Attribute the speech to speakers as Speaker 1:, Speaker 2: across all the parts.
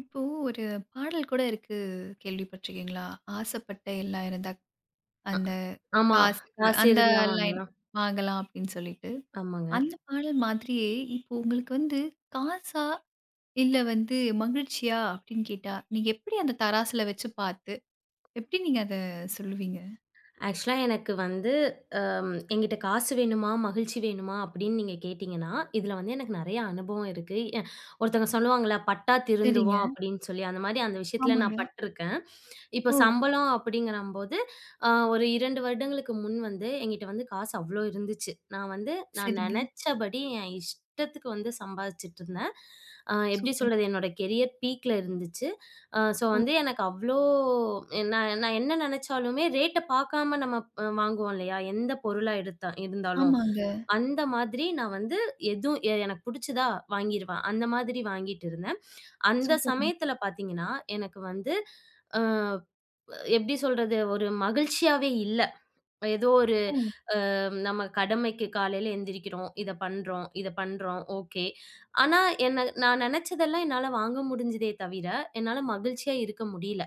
Speaker 1: இப்போ ஒரு பாடல் கூட இருக்கு. கேள்விப்பட்டிருக்கீங்களா? "ஆசைப்பட்ட எல்லாம் இருந்தா அந்த
Speaker 2: ஆமா.
Speaker 1: காசு கூட"
Speaker 2: காசு
Speaker 1: அந்த
Speaker 2: இருந்தா
Speaker 1: லைன்
Speaker 2: வாங்கலாம்.
Speaker 1: "வாங்கலாம்" அப்படின்னு சொல்லிட்டு.
Speaker 2: ஆமாங்க.
Speaker 1: அந்த பாடல் மாதிரியே இப்போ உங்களுக்கு வந்து காசா? இல்ல வந்து மகிழ்ச்சியா? அப்படின்னு கேட்டா, நீங்க எப்படி அந்த தராசுல வச்சு பார்த்து, எப்படி நீங்க அத சொல்லுவீங்க?
Speaker 2: ஆக்சுவலா எனக்கு வந்து என்கிட்ட காசு வேணுமா? மகிழ்ச்சி வேணுமா? அப்படின்னு நீங்க கேட்டீங்கன்னா, இதுல வந்து எனக்கு நெறைய அனுபவம் இருக்கு. ஒருத்தவங்க சொல்லுவாங்கல்ல, "பட்டா
Speaker 1: சரிங்க.
Speaker 2: திருந்துவோம்" அப்படின்னு சொல்லி, அந்த மாரி அந்த விஷயத்துல
Speaker 1: ஆமாங்க.
Speaker 2: நான் பட்டுருக்கேன். இப்ப
Speaker 1: ஓ!
Speaker 2: சம்பளம் அப்படிங்கிறம்போது, ஒரு 2 வருடங்களுக்கு முன் வந்து என்கிட்ட வந்து காசு அவ்ளோ இருந்துச்சு. நான் வந்து நான்
Speaker 1: சரிங்க.
Speaker 2: நெனச்சபடி என் இஷ்டத்துக்கு வந்து சம்பாதிச்சுட்டுருந்தேன். எப்படி
Speaker 1: சூப்பர்.
Speaker 2: சொல்றது? என்னோட கெரியர் பீக்ல இருந்துச்சு. ஸோ
Speaker 1: ஓ!
Speaker 2: வந்து எனக்கு அவ்ளோ நான் நான் என்ன நெனச்சாலுமே ரேட்ட பாக்காம நம்ம வாங்குவோம் இல்லையா? எந்த பொருளா எடுத்தா இருந்தாலும்.
Speaker 1: ஆமாங்க.
Speaker 2: அந்த மாதிரி நான் வந்து எதுவும் எனக்கு புடிச்சதா வாங்கிருவேன். அந்த மாதிரி வாங்கிட்டு இருந்தேன். அந்த
Speaker 1: சூப்பருங்க.
Speaker 2: சமயத்துல பாத்தீங்கன்னா, எனக்கு வந்து அ எப்படி சொல்றது? ஒரு மகிழ்ச்சியாவே இல்ல. ஏதோ ஒரு
Speaker 1: ஓ!
Speaker 2: நம்ம கடமைக்கு காலையில எந்திரிக்கிறோம். இத பண்றோம், இத பண்றோம். ஓகே. ஆனா என்ன நான் நெனச்சதெல்லாம் என்னால வாங்க முடிஞ்சதே தவிர, என்னால மகிழ்ச்சியா இருக்க முடியல.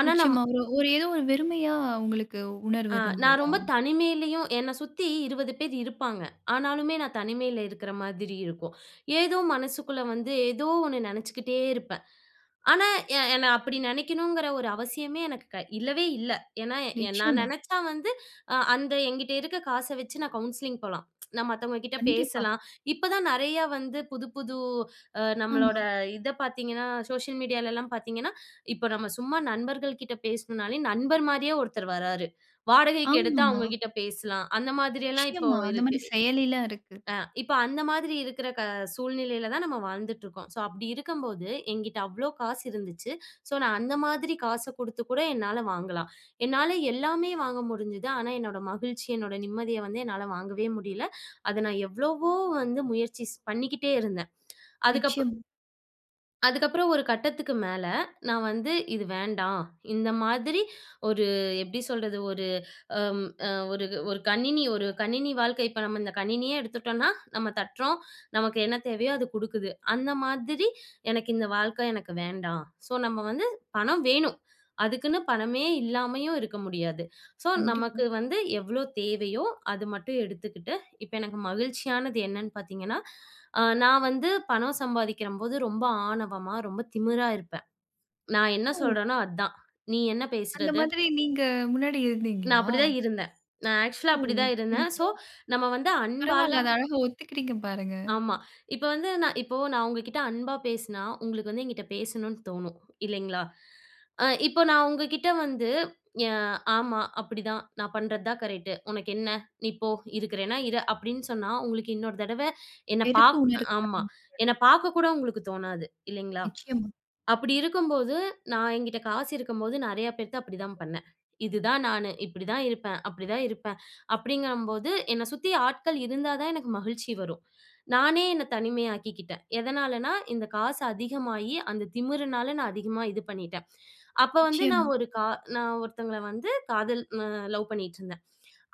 Speaker 2: ஆனா நான்
Speaker 1: நிச்சயமா. ஒரு ஒரு ஏதோ ஒரு வெறுமையா உங்களுக்கு உணர்வு
Speaker 2: ஆ, நான்
Speaker 1: இருந்ததா?
Speaker 2: ரொம்ப தனிமையிலயும் என்னை சுத்தி 20 பேர் இருப்பாங்க. ஆனாலுமே நான் தனிமையில இருக்கிற மாதிரி இருக்கும். ஏதோ மனசுக்குள்ள வந்து ஏதோ ஒண்ணு நினைச்சுக்கிட்டே இருப்பேன். ஆனா, என்ன அப்படி நினைக்கணுங்கிற ஒரு அவசியமே எனக்கு இல்லவே இல்ல. ஏன்னா, எ எ- நான்
Speaker 1: நிச்சயமா.
Speaker 2: நினைச்சா வந்து அந்த என்கிட்ட இருக்க காச வச்சு நான் கவுன்சிலிங் போலாம். நான் மத்தவங்க கிட்ட
Speaker 1: கண்டிப்பா.
Speaker 2: பேசலாம். இப்ப தான் நெறைய வந்து புது புது நம்மளோட
Speaker 1: ஆமா.
Speaker 2: இத பார்த்தீங்கன்னா, சோசியல் மீடியாலலாம் பார்த்தீங்கன்னா, இப்ப நம்ம சும்மா நண்பர்கள் கிட்ட பேசணும்னாலே நண்பர் மாரியே ஒருத்தர் வராரு. வாடகைக்கு எடுத்து
Speaker 1: ஆமாமா.
Speaker 2: அவங்க கிட்ட பேசலாம். அந்த மாதிரி எல்லாம் இப்போ
Speaker 1: நிச்சயமா. அந்த
Speaker 2: இருக்கு.
Speaker 1: மாரி செயலிலாம் இருக்கு.
Speaker 2: அ இப்ப அந்த மாதிரி இருக்கிற சூழ்நிலையில தான் நம்ம வாழ்ந்துட்டுருக்கோம். ஸோ அப்படி இருக்கும்போது என்கிட்ட அவ்ளோ காசு இருந்துச்சு. ஸோ நான் அந்த மாதிரி காச குடுத்து கூட என்னால வாங்கலாம். என்னால எல்லாமே வாங்க முடிஞ்சது. ஆனா என்னோட மகிழ்ச்சி, என்னோட நிம்மதிய வந்து என்னால வாங்கவே முடியல. அத நான் எவ்வளவோ வந்து முயற்சி பண்ணிக்கிட்டே இருந்தேன். அதுக்கப்
Speaker 1: நிச்சயம்.
Speaker 2: அதுக்கப்புறம் ஒரு கட்டத்துக்கு மேல நான் வந்து இது வேண்டாம். இந்த மாதிரி ஒரு எப்படி சொல்றது? ஒரு அம் அ ஒரு ஒரு கணினி வாழ்க்கை இப்ப நம்ம இந்த கணினியே எடுத்துட்டோம்னா, நம்ம தட்டுறோம். நமக்கு என்ன தேவையோ அது குடுக்குது. அந்த மாதிரி எனக்கு இந்த வாழ்க்கை எனக்கு வேண்டாம். ஸோ நம்ம வந்து பணம் வேணும். அதுக்குன்னு பணமே இல்லாமயும் இருக்க முடியாது. ஸோ
Speaker 1: கண்டிப்பா.
Speaker 2: நமக்கு வந்து எவ்ளோ தேவையோ அது மட்டும் எடுத்துக்கிட்டு, இப்ப எனக்கு மகிழ்ச்சியானது என்னன்னு பார்த்தீங்கன்னா, நான் வந்து பணம் சம்பாதிக்கிறம்போது ரொம்ப ஆணவமா, ரொம்ப திமிரா இருப்பேன். நான் என்ன
Speaker 1: ஓ!
Speaker 2: சொல்றேனோ அதான். நீ என்ன
Speaker 1: அந்த
Speaker 2: பேசுறது?
Speaker 1: மாதிரி நீங்க முன்னாடி
Speaker 2: நான்
Speaker 1: இருந்தீங்களா?
Speaker 2: அப்படிதான் இருந்தேன். நான் ஆக்சுவலா
Speaker 1: ஓ!
Speaker 2: அப்படிதான் இருந்தேன். ஸோ,
Speaker 1: சரிங்க.
Speaker 2: நம்ம வந்து அன்பால
Speaker 1: பரவால்ல. அத அழகா ஒத்துக்கிறீங்க பாருங்க.
Speaker 2: ஆமா. இப்ப வந்து நான் இப்போ நான் உங்ககிட்ட அன்பா பேசினா, உங்களுக்கு வந்து என்கிட்ட பேசணும்னு தோணும். இல்லைங்களா? இப்போ நான் உங்ககிட்ட வந்து "எ ஆமா, அப்படிதான். நான் பண்றது தான் கரெக்ட்டு. உனக்கு என்ன? நீ போ. இருக்கிறேன்னா இரு" அப்படின்னு சொன்னா, உங்களுக்கு இன்னொரு தடவ என்ன
Speaker 1: வெறுப்பு உணர்வு தான்.
Speaker 2: ஆமா. என்ன பார்க்க கூட உங்களுக்கு தோணாது. இல்லைங்களா?
Speaker 1: நிச்சயமா,
Speaker 2: அப்படி இருக்கும்போது, நான் என்கிட்ட காசு இருக்கும்போது நெறைய பேர்ட்ட அப்படிதான் பண்ணேன். இதுதான் நானு. இப்படிதான் இருப்பேன். அப்படிதான் இருப்பேன். அப்படிங்கம்போது என்ன சுத்தி ஆட்கள் இருந்தா தான் எனக்கு மகிழ்ச்சி வரும். நானே என்ன தனிமையாக்கிக்கிட்டேன். எதனாலனா, இந்த காசு அதிகமாயி அந்த திமிருனால நான் அதிகமா இது பண்ணிட்டேன். அப்ப வந்து
Speaker 1: நிச்சயம்.
Speaker 2: நான் ஒரு நான் ஒருத்தங்கள வந்து காதல் லவ் பண்ணிட்டுருந்தேன்.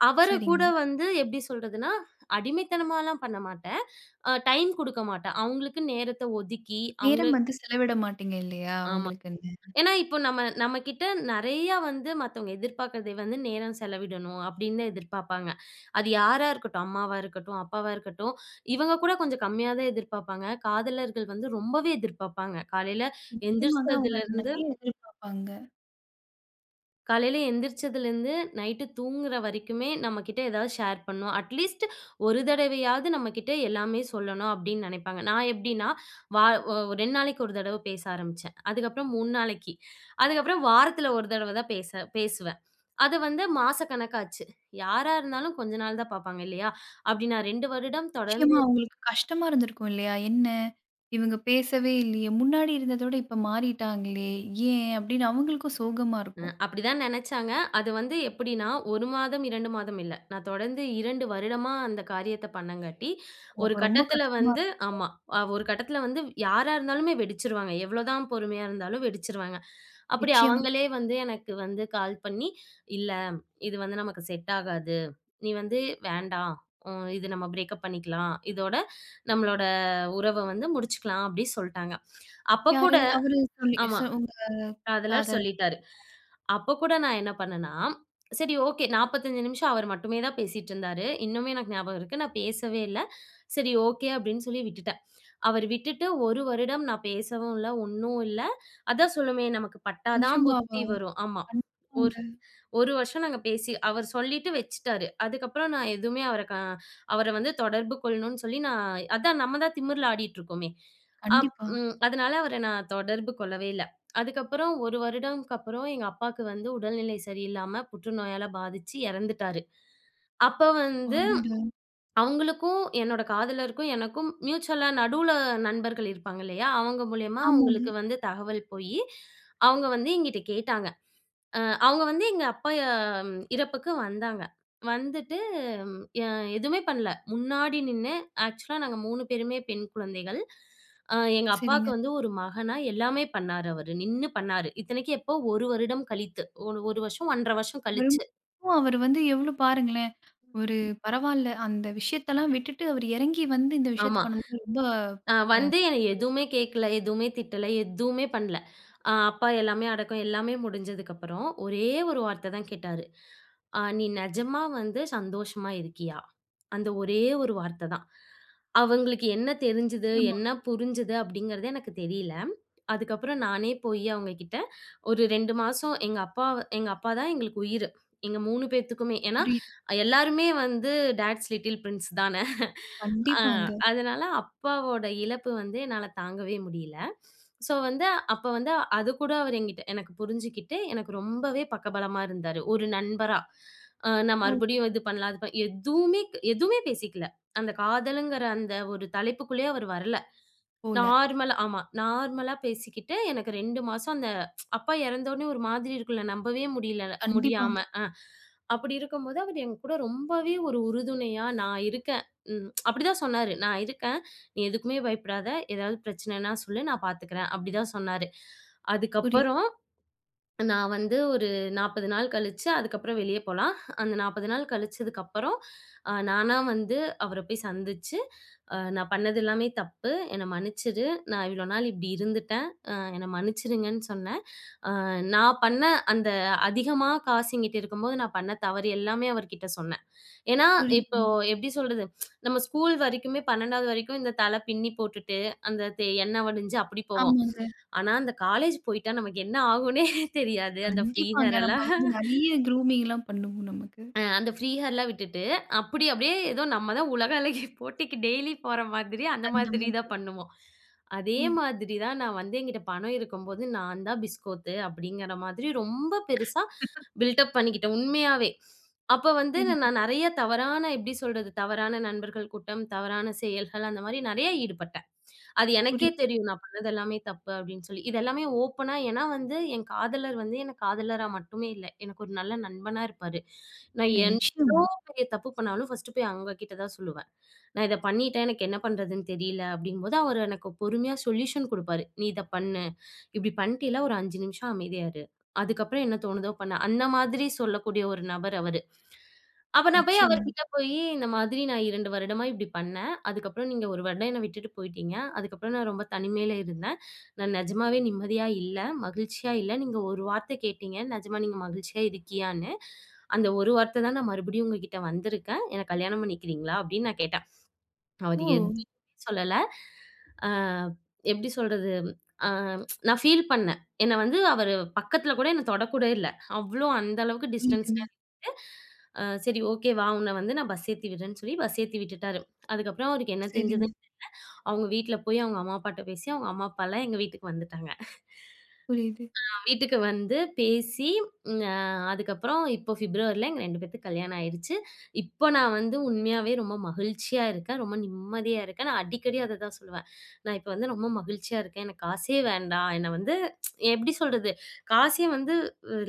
Speaker 2: அவர கூட
Speaker 1: சரிங்க.
Speaker 2: வந்து எப்படி சொல்றதுன்னா, அடிமைத்தனமாலாம் பண்ண மாட்டேன். டைம் குடுக்க மாட்டேன். அவங்களுக்கு நேரத்த ஒதுக்கி அவங்க
Speaker 1: நேரம் வந்து செலவிட மாட்டீங்க இல்லையா?
Speaker 2: ஆமா.
Speaker 1: அவங்களுக்குன்னு.
Speaker 2: ஏன்னா, இப்போ நம்ம நம்மகிட்ட நெறையா வந்து மத்தவங்க எதிர்பார்க்கறதை வந்து நேரம் செலவிடணும் அப்படின்னு தான் எதிர்பார்ப்பாங்க. அது யாரா இருக்கட்டும், அம்மாவா இருக்கட்டும், அப்பாவா இருக்கட்டும், இவங்க கூட கொஞ்சம் கம்மியா தான் எதிர்பார்ப்பாங்க. காதலர்கள் வந்து ரொம்பவே எதிர்பார்ப்பாங்க.
Speaker 1: நிச்சயமாக அவங்க
Speaker 2: எந்திரிச்சதுலருந்து
Speaker 1: நெறைய எதிர்பார்ப்பாங்க.
Speaker 2: காலையில எந்திரிச்சதுலேருந்து நைட்டு தூங்குற வரைக்குமே நம்மக்கிட்ட ஏதாவது ஷேர் பண்ணும். அட்லீஸ்ட் ஒரு தடவையாவது நம்மக்கிட்ட எல்லாமே சொல்லணும் அப்டின்னு நெனைப்பாங்க. நான் எப்டின்னா, வா ஒ 2 நாளைக்கு ஒரு தடவ பேச ஆரம்பிச்சேன். அதுக்கப்புறம் 3 நாளைக்கு. அதுக்கப்புறம் வாரத்துல ஒரு தடவ தான் பேசுவேன். அது வந்து மாசக்கணக்காச்சு. யாரா இருந்தாலும் கொஞ்ச நாள் தான் பாப்பாங்க இல்லையா? அப்டி நான் 2 வருடம் தொடர்ந்து
Speaker 1: நிச்சயமா அவங்களுக்கு கஷ்டமா இருந்திருக்கும் இல்லையா? என்ன இவங்க பேசவே இல்லையே! முன்னாடி இருந்ததோட இப்ப மாறிட்டாங்களே! ஏன்? அப்படின்னு அவங்களுக்கும் சோகமா
Speaker 2: ம்.
Speaker 1: இருக்கும்.
Speaker 2: அப்படிதான் நெனச்சாங்க. அது வந்து எப்படின்னா 1 மாதம், 2 மாதம் இல்ல. நான் தொடர்ந்து 2 வருடமா அந்த காரியத்த பண்ணங்காட்டி, ஒரு
Speaker 1: அப்ப ரொம்ப
Speaker 2: கட்டத்துல
Speaker 1: கஷ்டமா
Speaker 2: வந்து
Speaker 1: இருக்கும்.
Speaker 2: ஆமா. ஒரு கட்டத்துல வந்து யாரா இருந்தாலுமே வெடிச்சுருவாங்க. எவ்வளோதான் பொறுமையா இருந்தாலும் வெடிச்சுருவாங்க. அப்படி
Speaker 1: நிச்சயமா.
Speaker 2: அவங்களே வந்து எனக்கு வந்து கால் பண்ணி, "இல்ல, இது வந்து நமக்கு செட் ஆகாது. நீ வந்து வேண்டாம். இது நம்ம பிரேக்கப் பண்ணிக்கலாம். இதோட நம்மளோட உறவ வந்து முடிச்சுக்கலாம்." அப்படி சொல்ட்டாங்க. அப்ப கூட
Speaker 1: யாரு? அவரு சொல்லி ச
Speaker 2: ஆமா.
Speaker 1: உங்க
Speaker 2: காதலர்
Speaker 1: காதலர்.
Speaker 2: சொல்லிட்டாரு. அப்போ கூட நான் என்ன பண்ணேன்னா, சரி ஓகே 45 நிமிஷம் அவர் மட்டுமே தான் பேசிட்டு இருந்தாரு. இன்னுமே எனக்கு ஞாபகம் இருக்கு. நான் பேசவே இல்ல. சரி ஓகே அப்படின்னு சொல்லி விட்டுட்டேன். அவர் விட்டுட்டு 1 வருடம் நான் பேசவும் இல்ல, ஒண்ணும் இல்ல. அதான் சொல்லுமே நமக்கு பட்டா தான்
Speaker 1: நிஜமாவா?
Speaker 2: புத்தி வரும். ஆமா.
Speaker 1: கண்டிப்பாங்க.
Speaker 2: 1 வருஷம் நாங்க பேசி அவர் சொல்லிட்டு வச்சுட்டாரு. அதுக்கப்புறம் நான் எதுவுமே அவர அவர வந்து தொடர்பு கொள்ளணும்னு சொல்லி நான் அதான் நம்ம தான் திமிர்ல ஆடிட்டு இருக்கோமே. அப்
Speaker 1: கண்டிப்பா.
Speaker 2: அதனால அவர நான் தொடர்பு கொள்ளவே இல்ல. அதுக்கப்புறம் 1 வருடம்க்கு அப்புறம் எங்க அப்பாக்கு வந்து உடல்நிலை சரியில்லாம புற்றுநோயால பாதிச்சு இறந்துட்டாரு. அப்ப வந்து
Speaker 1: அடடா!
Speaker 2: அவங்களுக்கும், என்னோட காதலருக்கும் எனக்கும் மியூச்சுவலா நடுவுல நண்பர்கள் இருப்பாங்க இல்லையா? அவங்க மூலியமா
Speaker 1: ஆமாங்க.
Speaker 2: அவங்களுக்கு வந்து தகவல் போயி, அவங்க வந்து என்கிட்ட கேட்டாங்க. அ அவங்க வந்து எங்க அப்பா இறப்புக்கு வந்தாங்க. வந்துட்டு ம், எ எதுவுமே பண்ணல. முன்னாடி நின்னு ஆக்சுவலா நாங்க 3 பேருமே பெண் குழந்தைகள். எங்க அப்பாவுக்கு
Speaker 1: சரிங்க.
Speaker 2: வந்து ஒரு மகனா எல்லாமே பண்ணாரு அவரு. நின்னு பண்ணாரு. இத்தனைக்கும் எப்போ 1 வருடம் கழித்து. ஒரு 1 வருஷம் 1 1/2 வருஷம் கழிச்சு.
Speaker 1: அவரு வந்து எவ்ளோ பாருங்களேன், ஒரு பரவால்ல. அந்த விஷயத்தெல்லாம் விட்டுட்டு அவரு எறங்கி வந்து இந்த விஷயத்த
Speaker 2: ஆமா.
Speaker 1: பண்ணும்போது ரொம்ப அ
Speaker 2: வந்து என்ன
Speaker 1: நல்ல
Speaker 2: எதுவுமே
Speaker 1: விஷயம்.
Speaker 2: கேட்கல, எதுவுமே திட்டல, எதுவுமே பண்ணல. அப்பா எல்லாமே அடக்கம் எல்லாமே முடிஞ்சதுக்கப்புறம், ஒரே ஒரு வார்த்த தான் கேட்டாரு. நீ நெஜமா வந்து சந்தோஷமா இருக்கியா?" அந்த ஒரே ஒரு வார்த்த தான். அவங்களுக்கு என்ன தெரிஞ்சது,
Speaker 1: நிச்சயமா.
Speaker 2: என்ன புரிஞ்சது அப்படிங்கிறது எனக்கு தெரியல. அதுக்கப்புறம் நானே போய் அவங்க கிட்ட ஒரு 2 மாசம் எங்க அப்பா தான் எங்களுக்கு உயிரு. எங்க 3 பேத்துக்குமே. ஏன்னா
Speaker 1: புரியுது.
Speaker 2: எல்லாருமே வந்து டாட்ஸ் லிட்டில் பிரின்ஸ் தானே. ஆ
Speaker 1: கண்டிப்பாங்க.
Speaker 2: அதனால அப்பாவோட இழப்பு வந்து என்னால தாங்கவே முடியல. ஸோ வந்து அப்ப வந்து அதுக்கூட அவரு என்கிட்ட எனக்கு புரிஞ்சுகிட்டு, எனக்கு ரொம்பவே பக்கபலமா இருந்தாரு. ஒரு நண்பரா. நான்
Speaker 1: ஓ!
Speaker 2: மறுபடியும் இது பண்ணலாம், அது பண் எதுவுமே எதுவுமே பேசிக்கல. அந்த காதலுங்கிற அந்த ஒரு தலைப்புக்குள்ளயே அவர் வரல.
Speaker 1: போல.
Speaker 2: நார்மலா ஆமா. நார்மலா பேசிக்கிட்டு, எனக்கு 2 மாசம் அந்த அப்பா இறந்தோனே ஒரு மாதிரி இருக்கும்ல, நம்பவே முடியல
Speaker 1: கண்டிப்பாங்க.
Speaker 2: முடியாம. அப்படி இருக்கும்போது, அவரு என் கூட ரொம்பவே ஒரு உறுதுணையா, "நான் இருக்கேன்." அப்படிதான் சொன்னாரு. "நான் இருக்கேன். நீ எதுக்குமே பயப்படாத. ஏதாவது பிரச்சனைன்னா சொல்லு, நான் பார்த்துக்கிறேன்." அப்படிதான் சொன்னாரு.
Speaker 1: புரியுது,
Speaker 2: அதுக்கப்புறம் நான் வந்து ஒரு 40 நாள் கழிச்சு, அதுக்கப்புறம் வெளிய போலாம். அந்த 40 நாள் கழிச்சதுக்கப்புறம், நானா வந்து அவர போய் சந்திச்சு, நான் பண்ணது எல்லாமே தப்பு. என்ன மன்னிச்சிடு. நான் இவ்ளோ நாள் இப்டி இருந்துட்டேன். என்ன மன்னிச்சிடுங்கன்னு சொன்னேன். அ நான் பண்ண அந்த அதிகமா காசு என்கிட்ட இருக்கும்போது, நான் பண்ண தவறு எல்லாமே அவர்கிட்ட சொன்னேன்." ஏன்னா, இப்போ
Speaker 1: புரியுதுங்க.
Speaker 2: எப்டி சொல்றது? நம்ம ஸ்கூல் வரைக்குமே 12வது வரைக்கும் இந்த தல பின்னி போட்டுட்டு, அந்த எண்ணெய் வடிஞ்சு அப்டி போவோம்.
Speaker 1: ஆமாங்க.
Speaker 2: ஆனா, அந்த காலேஜ் போயிட்டா நமக்கு என்ன ஆகும்னே தெரியாது. அந்த ஃப்ரீ
Speaker 1: கண்டிப்பாங்க.
Speaker 2: ஹேர்
Speaker 1: நம்ம
Speaker 2: எல்லாம்
Speaker 1: வந்து நெறைய க்ரூமிங்லாம் பண்ணுவோம் நமக்கு.
Speaker 2: அந்த ஃப்ரீ ஹேர்லாம் விட்டுட்டு, அப்படி அப்படியே ஏதோ நம்ம தான் உலக அழகி போட்டிக்கு டெய்லி போற மாதிரி, அந்த
Speaker 1: அந்த
Speaker 2: மாதிரி தான்
Speaker 1: மாதிரி.
Speaker 2: பண்ணுவோம். அதே
Speaker 1: ஓ!
Speaker 2: மாதிரி தான் நான் வந்து என்கிட்ட பணம் இருக்கும்போது, நான் தான் பிஸ்கோத்து அப்படிங்கிற மாதிரி ரொம்ப பெருசா பில்டப் பண்ணிக்கிட்டேன் உண்மையாவே. அப்ப வந்து
Speaker 1: சரிங்க.
Speaker 2: நான் நெறைய தவறான எப்படி சொல்றது? தவறான நண்பர்கள் கூட்டம், தவறான செயல்கள் அந்த மாரி நெறைய ஈடுபட்டேன். அது எனக்கே
Speaker 1: புரியுது.
Speaker 2: தெரியும். நான் பண்ணது எல்லாமே தப்பு அப்டின்னு சொல்லி. இது எல்லாமே ஓப்பனா ஏன்னா வந்து என் காதலர் வந்து எனக்கு காதலரா மட்டுமே இல்ல. எனக்கு ஒரு நல்ல நண்பனா இருப்பாரு. நான்
Speaker 1: இல்ல
Speaker 2: என்
Speaker 1: நிச்சயமா,
Speaker 2: பெரிய தப்பு பண்ணாலும் ஃபர்ஸ்ட்டு போய் அவங்க கிட்ட தான் சொல்லுவேன். நான் இத பண்ணிட்டேன். எனக்கு என்ன பண்றதுன்னு தெரியல அப்படிங்கும்போது, அவரு எனக்கு பொறுமையா சொல்யூஷன் குடுப்பாரு. "நீ இத பண்ணு. இப்படி பண்ணிட்டீல்ல ஒரு 5 நிமிஷம் அமைதியா இரு. அதுக்கப்புறம் என்ன தோணுதோ பண்ணு." அந்த மாதிரி சொல்லக்கூடிய ஒரு நபர் அவரு. அப்ப நான் போய்
Speaker 1: நிச்சயமா.
Speaker 2: அவர்கிட்ட போயி, "இந்த மாதிரி நான் 2 வருடமா இப்படி பண்ணேன். அதுக்கப்புறம் நீங்க 1 வருடம் என்ன விட்டுட்டு போயிட்டீங்க. அதுக்கப்புறம் நான் ரொம்ப தனிமையில இருந்தேன். நான் நெஜமாவே நிம்மதியா இல்ல. மகிழ்ச்சியா இல்ல. நீங்க ஒரு வார்த்த கேட்டீங்க. நெஜமா நீங்க மகிழ்ச்சியா இருக்கியான்னு. அந்த ஒரு வார்த்த தான் நான் மறுபடியும் உங்ககிட்ட வந்திருக்கேன். என்ன கல்யாணம் பண்ணிக்கிறீங்களா? அப்படின்னு நான் கேட்டேன். அவரு
Speaker 1: ஓ!
Speaker 2: எதுவுமே சொல்லல. அ எப்படி சொல்றது? அ நான் ஃபீல் பண்ணேன். என்ன வந்து அவரு பக்கத்துல கூட என்ன தொடக்கூட இல்ல. அவ்ளோ அந்த அளவுக்கு
Speaker 1: புரியுதுங்க.
Speaker 2: டிஸ்டன்ஸ்ல இருந்துட்டு, சரி ஓகே வா! உன்ன வந்து நான் பஸ் ஏத்தி விடுறேன்னு சொல்லி பஸ் ஏத்தி விட்டுட்டாரு. அதுக்கப்புறம் அவருக்கு என்ன தெரிஞ்சது?
Speaker 1: சரிங்க.
Speaker 2: அவங்க வீட்ல போய் அவங்க அம்மா, அப்பாட்ட பேசி அவங்க அம்மா, அப்பாலாம் எங்க வீட்டுக்கு வந்துட்டாங்க.
Speaker 1: புரியுது.
Speaker 2: வீட்டுக்கு வந்து பேசி, ம் அ அதுக்கப்புறம் இப்போ பிப்ரவரில எங்க 2 பேத்துக்கு கல்யாணம் ஆயிடுச்சு. இப்போ நான் வந்து உண்மையாவே ரொம்ப மகிழ்ச்சியா இருக்கேன். ரொம்ப நிம்மதியா இருக்கேன். நான் அடிக்கடி அத தான் சொல்லுவேன். நான் இப்ப வந்து ரொம்ப மகிழ்ச்சியா இருக்கேன். எனக்கு காசே வேண்டாம். என்ன வந்து எப்படி சொல்றது? காசே வந்து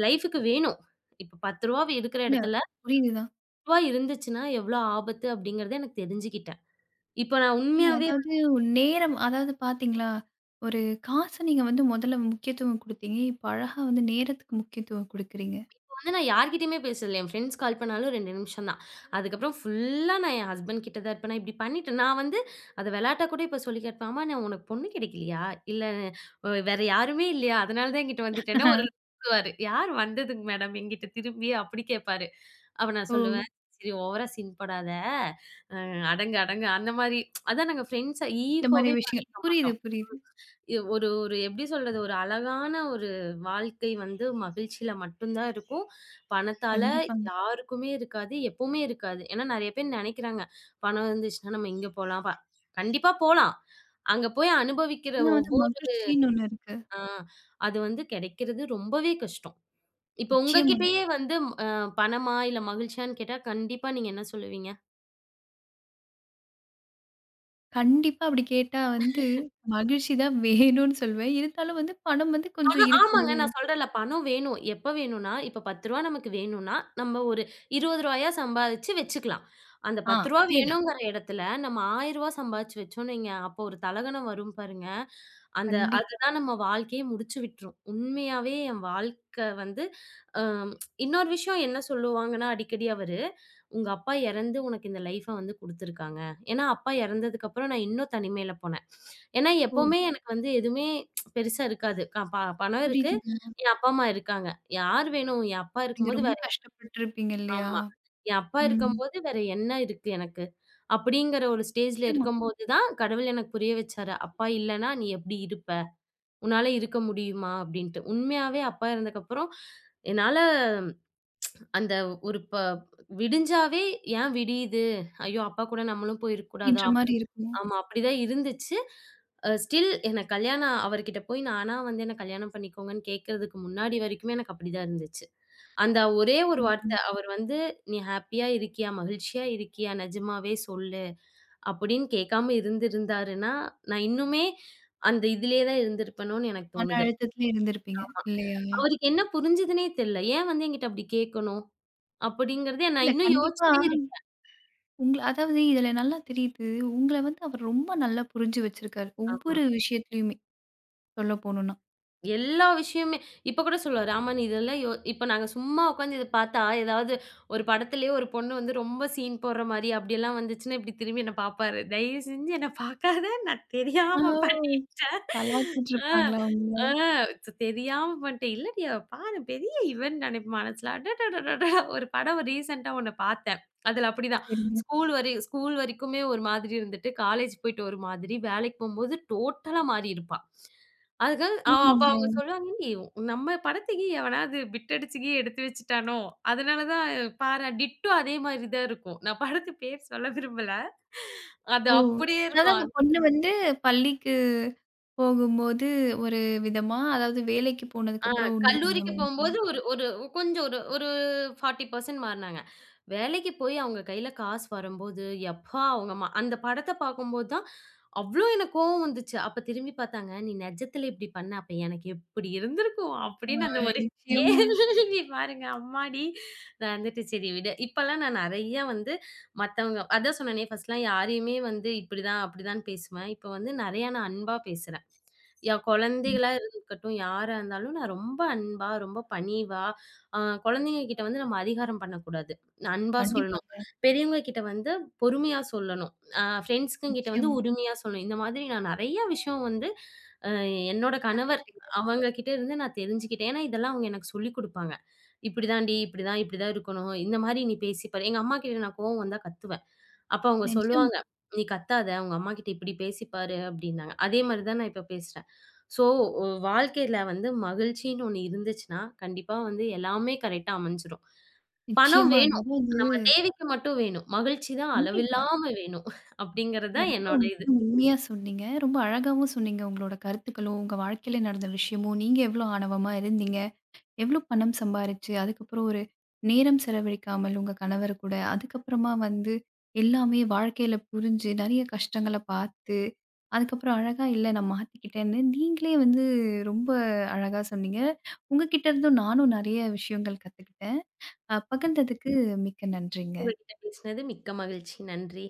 Speaker 2: லைஃப்க்கு வேணும். இப்ப ரூ. 10 இருக்கிற
Speaker 1: இல்ல
Speaker 2: இடத்துல ரூ.
Speaker 1: புரியுதுதான்.
Speaker 2: 10 இருந்துச்சுன்னா எவ்வளோ ஆபத்து அப்படிங்கிறத எனக்கு தெரிஞ்சுக்கிட்டேன். இப்ப நான்
Speaker 1: இல்ல
Speaker 2: உண்மையாவே
Speaker 1: அதாவது ஒரு நேரம் அதாவது பார்த்தீங்களா, ஒரு காச நீங்க வந்து முதல்ல முக்கியத்துவம் குடுத்தீங்க. இப்ப அழகா வந்து நேரத்துக்கு முக்கியத்துவம் குடுக்குறீங்க.
Speaker 2: வந்து நான் யார்கிட்டயுமே பேசல. என் ஃப்ரெண்ட்ஸ் கால் பண்ணாலும் 2 நிமிஷம் தான். அதுக்கப்புறம் ஃபுல்லா நான் என் ஹஸ்பண்ட் கிட்ட தான் இருப்பேன். நான் இப்படி பண்ணிட்டேன். நான் வந்து அத வெளாட்டா கூட இப்ப சொல்லி கேட்பேன். "அம்மா நான் உனக்கு பொண்ணு கிடைக்கலையா? இல்ல வேற யாருமே இல்லையா? அதனால தான் என்கிட்ட வந்துட்டேன்னா" ஒரு look சொல்லுவாரு. "யார் வந்ததுங்க மேடம் என்கிட்ட திரும்பி?" அப்படி கேட்பாரு. அப்ப நான்
Speaker 1: ஓ!
Speaker 2: சொல்லுவேன், "சரி ஓவரா சீன் போடாத. அ அடங்கு, அடங்கு." அந்த மாரி அதான் நாங்க ஃப்ரெண்ட்ஸா
Speaker 1: இந்த மாரி
Speaker 2: ஈகோவே
Speaker 1: விஷயங்கள்.
Speaker 2: பாத்துக்க
Speaker 1: புரியுது,
Speaker 2: மாட்டோம்.
Speaker 1: புரியுது.
Speaker 2: ஒரு ஒரு எப்படி சொல்றது? ஒரு அழகான ஒரு வாழ்க்கை வந்து மகிழ்ச்சியில மட்டும் தான் இருக்கும். பணத்தால
Speaker 1: கண்டிப்பாங்க.
Speaker 2: யாருக்குமே இருக்காது. எப்பவுமே இருக்காது. ஏன்னா நெறைய பேர் நெனைக்கிறாங்க. பணம் இருந்துச்சுன்னா நம்ம இங்க போலாம். கண்டிப்பா போலாம். அங்க போய் அனுபவிக்கிற
Speaker 1: ஆனா
Speaker 2: ஒவ்
Speaker 1: வந்து மகிழ்ச்சின்னு ஒண்ணு இருக்கு.
Speaker 2: ஆ அது வந்து கெடைக்கிறது ரொம்பவே கஷ்டம். இப்ப
Speaker 1: நிச்சயமா.
Speaker 2: உங்ககிட்டயே வந்து ம், அ பணமா? இல்ல மகிழ்ச்சியான்னு கேட்டா கண்டிப்பா நீங்க என்ன சொல்லுவீங்க?
Speaker 1: கண்டிப்பா அப்படி கேட்டா வந்து மகிழ்ச்சி தான் வேணும்னு சொல்வேன். இருந்தாலும் வந்து பணம் வந்து
Speaker 2: ஆனா
Speaker 1: கொஞ்சம்
Speaker 2: ஆமாங்க.
Speaker 1: இருக்கணும்.
Speaker 2: நான் சொல்றேன்ல பணம் வேணும். எப்ப வேணும்னா, இப்ப ரூ. 10 நமக்கு வேணும்னா, நம்ம ஒரு ரூ. 20 சம்பாதிச்சு வச்சுக்கலாம். அந்த ரூ.
Speaker 1: ஆ,
Speaker 2: 10
Speaker 1: அதேதான்.
Speaker 2: வேணுங்கிற இடத்துல நம்ம ரூ. 1000 சம்பாதிச்சு வச்சோம்னு வைங்க, அப்போ ஒரு தலகனம் வரும் பாருங்க. அந்த
Speaker 1: கண்டிப்பா.
Speaker 2: அதுதான் நம்ம வாழ்க்கையே முடிச்சு விட்டுரும். உண்மையாவே என் வாழ்க்கை வந்து அ இன்னொரு விஷயம் என்ன சொல்லுவாங்கன்னா, அடிக்கடி அவரு, "உங்க அப்பா இறந்து உனக்கு இந்த லைஃப வந்து குடுத்துருக்காங்க." ஏன்னா, அப்பா இறந்ததுக்கப்புறம் நான் இன்னும் தனிமையில போனேன். ஏன்னா
Speaker 1: ஓ!
Speaker 2: எப்பவுமே எனக்கு வந்து எதுவுமே பெருசா இருக்காது. க ப பணம் இருக்கு.
Speaker 1: புரியுதுங்க.
Speaker 2: என் அப்பா, அம்மா இருக்காங்க. யார் வேணும்? என் அப்பா
Speaker 1: நீங்க
Speaker 2: இருக்கும்போது
Speaker 1: ரொம்ப
Speaker 2: வேற
Speaker 1: கஷ்டப்பட்டுருப்பீங்க இல்லையா?
Speaker 2: ஆமா. என் அப்பா
Speaker 1: ம்.
Speaker 2: இருக்கும்போது வேற என்ன இருக்கு எனக்கு? அப்படிங்கிற ஒரு ஸ்டேஜ்ல
Speaker 1: நிச்சயமா.
Speaker 2: இருக்கும்போது தான் கடவுள் எனக்கு புரிய வச்சாரு. அப்பா இல்லன்னா நீ எப்படி இருப்ப? உன்னால இருக்க முடியுமா? அப்படின்ட்டு. உண்மையாவே அப்பா இறந்ததுக்கப்புறம் என்னால அந்த ஒரு ப விடிஞ்சாவே ஏன் விடியுது? ஐயோ! அப்பா கூட நம்மளும் போயிருக்க கூடாதா?
Speaker 1: அப்படின்ற
Speaker 2: அப்படி
Speaker 1: மாரி இருக்குமோ?
Speaker 2: ஆமா. அப்படிதான் இருந்துச்சு. ஸ்டில் எனக்கு கல்யாணம் அவர்கிட்ட போய் நானா வந்து என்ன கல்யாணம் பண்ணிக்கோங்கன்னு கேட்கறதுக்கு முன்னாடி வரைக்குமே எனக்கு அப்படிதான் இருந்துச்சு. அந்த ஒரே ஒரு வார்த்தை
Speaker 1: புரியுதுங்க.
Speaker 2: அவர் வந்து, "நீ ஹேப்பியா இருக்கியா? மகிழ்ச்சியா இருக்கியா? நிஜமாவே சொல்லு." அப்படின்னு கேட்காம இருந்திருந்தாருன்னா, நான் இன்னுமே அந்த இதிலேயே தான் இருந்திருப்பேனோன்னு எனக்கு
Speaker 1: மன
Speaker 2: தோணுது.
Speaker 1: அழுத்தத்திலே இருந்திருப்பீங்க. இல்லையா?
Speaker 2: அவருக்கு என்ன புரிஞ்சுதுன்னே தெரியல. ஏன் வந்து என்கிட்ட அப்படி கேட்கணும்? அப்படிங்கிறதே நான்
Speaker 1: இல்ல
Speaker 2: இன்னும்
Speaker 1: கண்டிப்பா
Speaker 2: யோசிச்சுட்டே இருப்பேன்.
Speaker 1: உங்கள அதாவது இதுல நல்லா தெரியுது. உங்கள வந்து அவர் ரொம்ப நல்லா புரிஞ்சு வச்சிருக்காரு.
Speaker 2: ஆமா.
Speaker 1: ஒவ்வொரு விஷயத்துலயுமே சொல்ல போணும்னா.
Speaker 2: எல்லா விஷயமே இப்ப கூட சொல்லுவாரு. ஆமா நீ இதெல்லாம் இப்ப நாங்க சும்மா உட்காந்து இத பார்த்தா, ஏதாவது ஒரு படத்திலேயே ஒரு பொண்ணு வந்து ரொம்ப சீன் போடுற மாரி அப்படியெல்லாம் வந்துச்சுன்னா, இப்படி திரும்பி என்ன பார்ப்பாரு. தயவு செஞ்சு என்ன பார்க்காத நான்
Speaker 1: ஆ,
Speaker 2: தெரியாம பண்ணிட்டேன்.
Speaker 1: கலாய்ச்சிட்டு
Speaker 2: ஆ.
Speaker 1: இருப்பாங்களா
Speaker 2: ஆ
Speaker 1: உங்கள?
Speaker 2: து தெரியாம பண்ணிட்டேன். "இல்லடி அவ பாரு பெரிய ஈவென்ட் நினைப்பு மனசுல. அடடடடடா!" ஒரு படம் ரீசென்ட்டா ஒண்ணு பார்த்தேன். அதுல அப்படிதான்.
Speaker 1: சரிங்க.
Speaker 2: ஸ்கூல் வரைக்குமே ஒரு மாதிரி இருந்துட்டு, காலேஜ் போயிட்டு ஒரு மாதிரி, வேலைக்கு போம்போது டோட்டலா மாறியிருப்பா. அதுக்காக அப்ப
Speaker 1: ஆமாங்க.
Speaker 2: அவங்க சொல்லுவாங்க, "ஏண்டி நம்ம படத்துக்கு எவனாவது பிட் அடிச்சுக்கி எடுத்து வச்சுட்டானோ, அதனால தான் பாரேன்" டிட்டோ அதே மாதிரி தான் இருக்கும். நான் படத்து பேர் சொல்ல விரும்பல. அது
Speaker 1: ஓ!
Speaker 2: அப்படியே
Speaker 1: அதாவது அந்த
Speaker 2: இருக்கும்.
Speaker 1: பொண்ணு வந்து பள்ளிக்கு போகும்போது ஒரு விதமா, அதாவது வேலைக்கு
Speaker 2: ஆ
Speaker 1: போனதுக்கப்புறம் இன்னொரு
Speaker 2: கல்லூரிக்கு
Speaker 1: விதமா.
Speaker 2: போம்போது ஒரு ஒரு கொஞ்சம் ஒரு ஒரு 40% மாறுனாங்க. வேலைக்கு போய் அவங்க கையில காசு வரும்போது, யப்பா! அவங்க அந்த படத்த பார்க்கும்போது தான் அவ்ளோ எனக்கு கோவம் வந்துச்சு. அப்ப திரும்பி பார்த்தாங்க, "நீ நெஜத்துல இப்படி பண்ண, அப்ப எனக்கு எப்படி இருந்திருக்கும்?"
Speaker 1: ஆ,
Speaker 2: அப்படின்னு அந்த
Speaker 1: ம்.
Speaker 2: ஒரு
Speaker 1: நிச்சயமா.
Speaker 2: கேள்வி பாருங்க. அம்மாடி! நான் வந்துட்டு சரி விடு. இப்பலாம் நான் நெறையா வந்து மத்தவங்க அதான் சொன்னேனே ஃபர்ஸ்ட்லாம் யாரையுமே வந்து இப்படிதான், அப்படிதான் பேசுவேன். இப்ப வந்து நெறையா நான் அன்பா பேசுறேன். என் குழந்தைகள இருக்கட்டும், யாரா இருந்தாலும் நான் ரொம்ப அன்பா, ரொம்ப பணிவா, அ குழந்தைங்க கிட்ட வந்து நம்ம அதிகாரம் பண்ணக்கூடாது. அன்பா சொல்லணும்.
Speaker 1: கண்டிப்பாங்க.
Speaker 2: பெரியவங்க கிட்ட வந்து பொறுமையா சொல்லணும். ஃப்ரெண்ட்ஸ்ங்க கிட்ட வந்து
Speaker 1: நிச்சயமா.
Speaker 2: உரிமையா சொல்லணும். இந்த மாதிரி நான் நெறைய விஷயம் வந்து அ என்னோட கணவர்
Speaker 1: கத்துக்கிட்டீங்க.
Speaker 2: அவங்க கிட்ட இருந்து நான் தெரிஞ்சுக்கிட்டேன். ஏன்னா, இதெல்லாம் அவங்க எனக்கு சொல்லிக் குடுப்பாங்க. "இப்படிதான்டி, இப்படிதான் இப்படிதான் இருக்கணும். இந்த மாரி நீ பேசிப்பாரு." எங்க அம்மா கிட்ட நான் கோவம் வந்தா கத்துவேன். அப்ப அவங்க
Speaker 1: நிஜம்.
Speaker 2: சொல்லுவாங்க, "நீ கத்தாத. உங்க அம்மாகிட்ட இப்படி பேசி பாரு" அப்படின்னாங்க. அதே மாரி தான் நான் இப்ப பேசுறேன். ஸோ வாழ்க்கையில வந்து மகிழ்ச்சின்னு ஒண்ணு இருந்துச்சுன்னா, கண்டிப்பா வந்து எல்லாமே கரெக்ட்டா அமைஞ்சிரும். பணம்
Speaker 1: நிச்சயமாங்க.
Speaker 2: வேணும்.
Speaker 1: அதாவது
Speaker 2: நம்ம தேவைக்கு மட்டும் வேணும். மகிழ்ச்சி தான்
Speaker 1: கண்டிப்பா.
Speaker 2: அளவில்லாம வேணும். அப்படிங்கிறது
Speaker 1: இல்ல
Speaker 2: தான்
Speaker 1: ரொம்ப
Speaker 2: என்னோட இது.
Speaker 1: முற்றிலும் உண்மையா சொன்னீங்க. ரொம்ப அழகாவும் சொன்னீங்க. உங்களோட கருத்துக்களும், உங்க வாழ்க்கையில நடந்த விஷயமும், நீங்க எவ்ளோ ஆணவமா இருந்தீங்க, எவ்ளோ பணம் சம்பாரிச்சு, அதுக்கப்புறம் ஒரு நேரம் செலவழிக்காமல் உங்க கணவர் கூட, அதுக்கப்புறமா வந்து எல்லாமே வாழ்க்கையில புரிஞ்சு, நெறைய கஷ்டங்கள பார்த்து, அதுக்கப்புறம் அழகா இல்ல நான் மாத்திக்கிட்டேன்னு நீங்களே வந்து ரொம்ப அழகா சொன்னீங்க. உங்ககிட்ட இருந்தும் நானும் நெறைய விஷயங்கள் கத்துக்கிட்டேன். பகிர்ந்ததுக்கு மிக்க நன்றிங்க.
Speaker 2: உங்ககிட்ட பேசினது மிக்க மகிழ்ச்சி. நன்றி.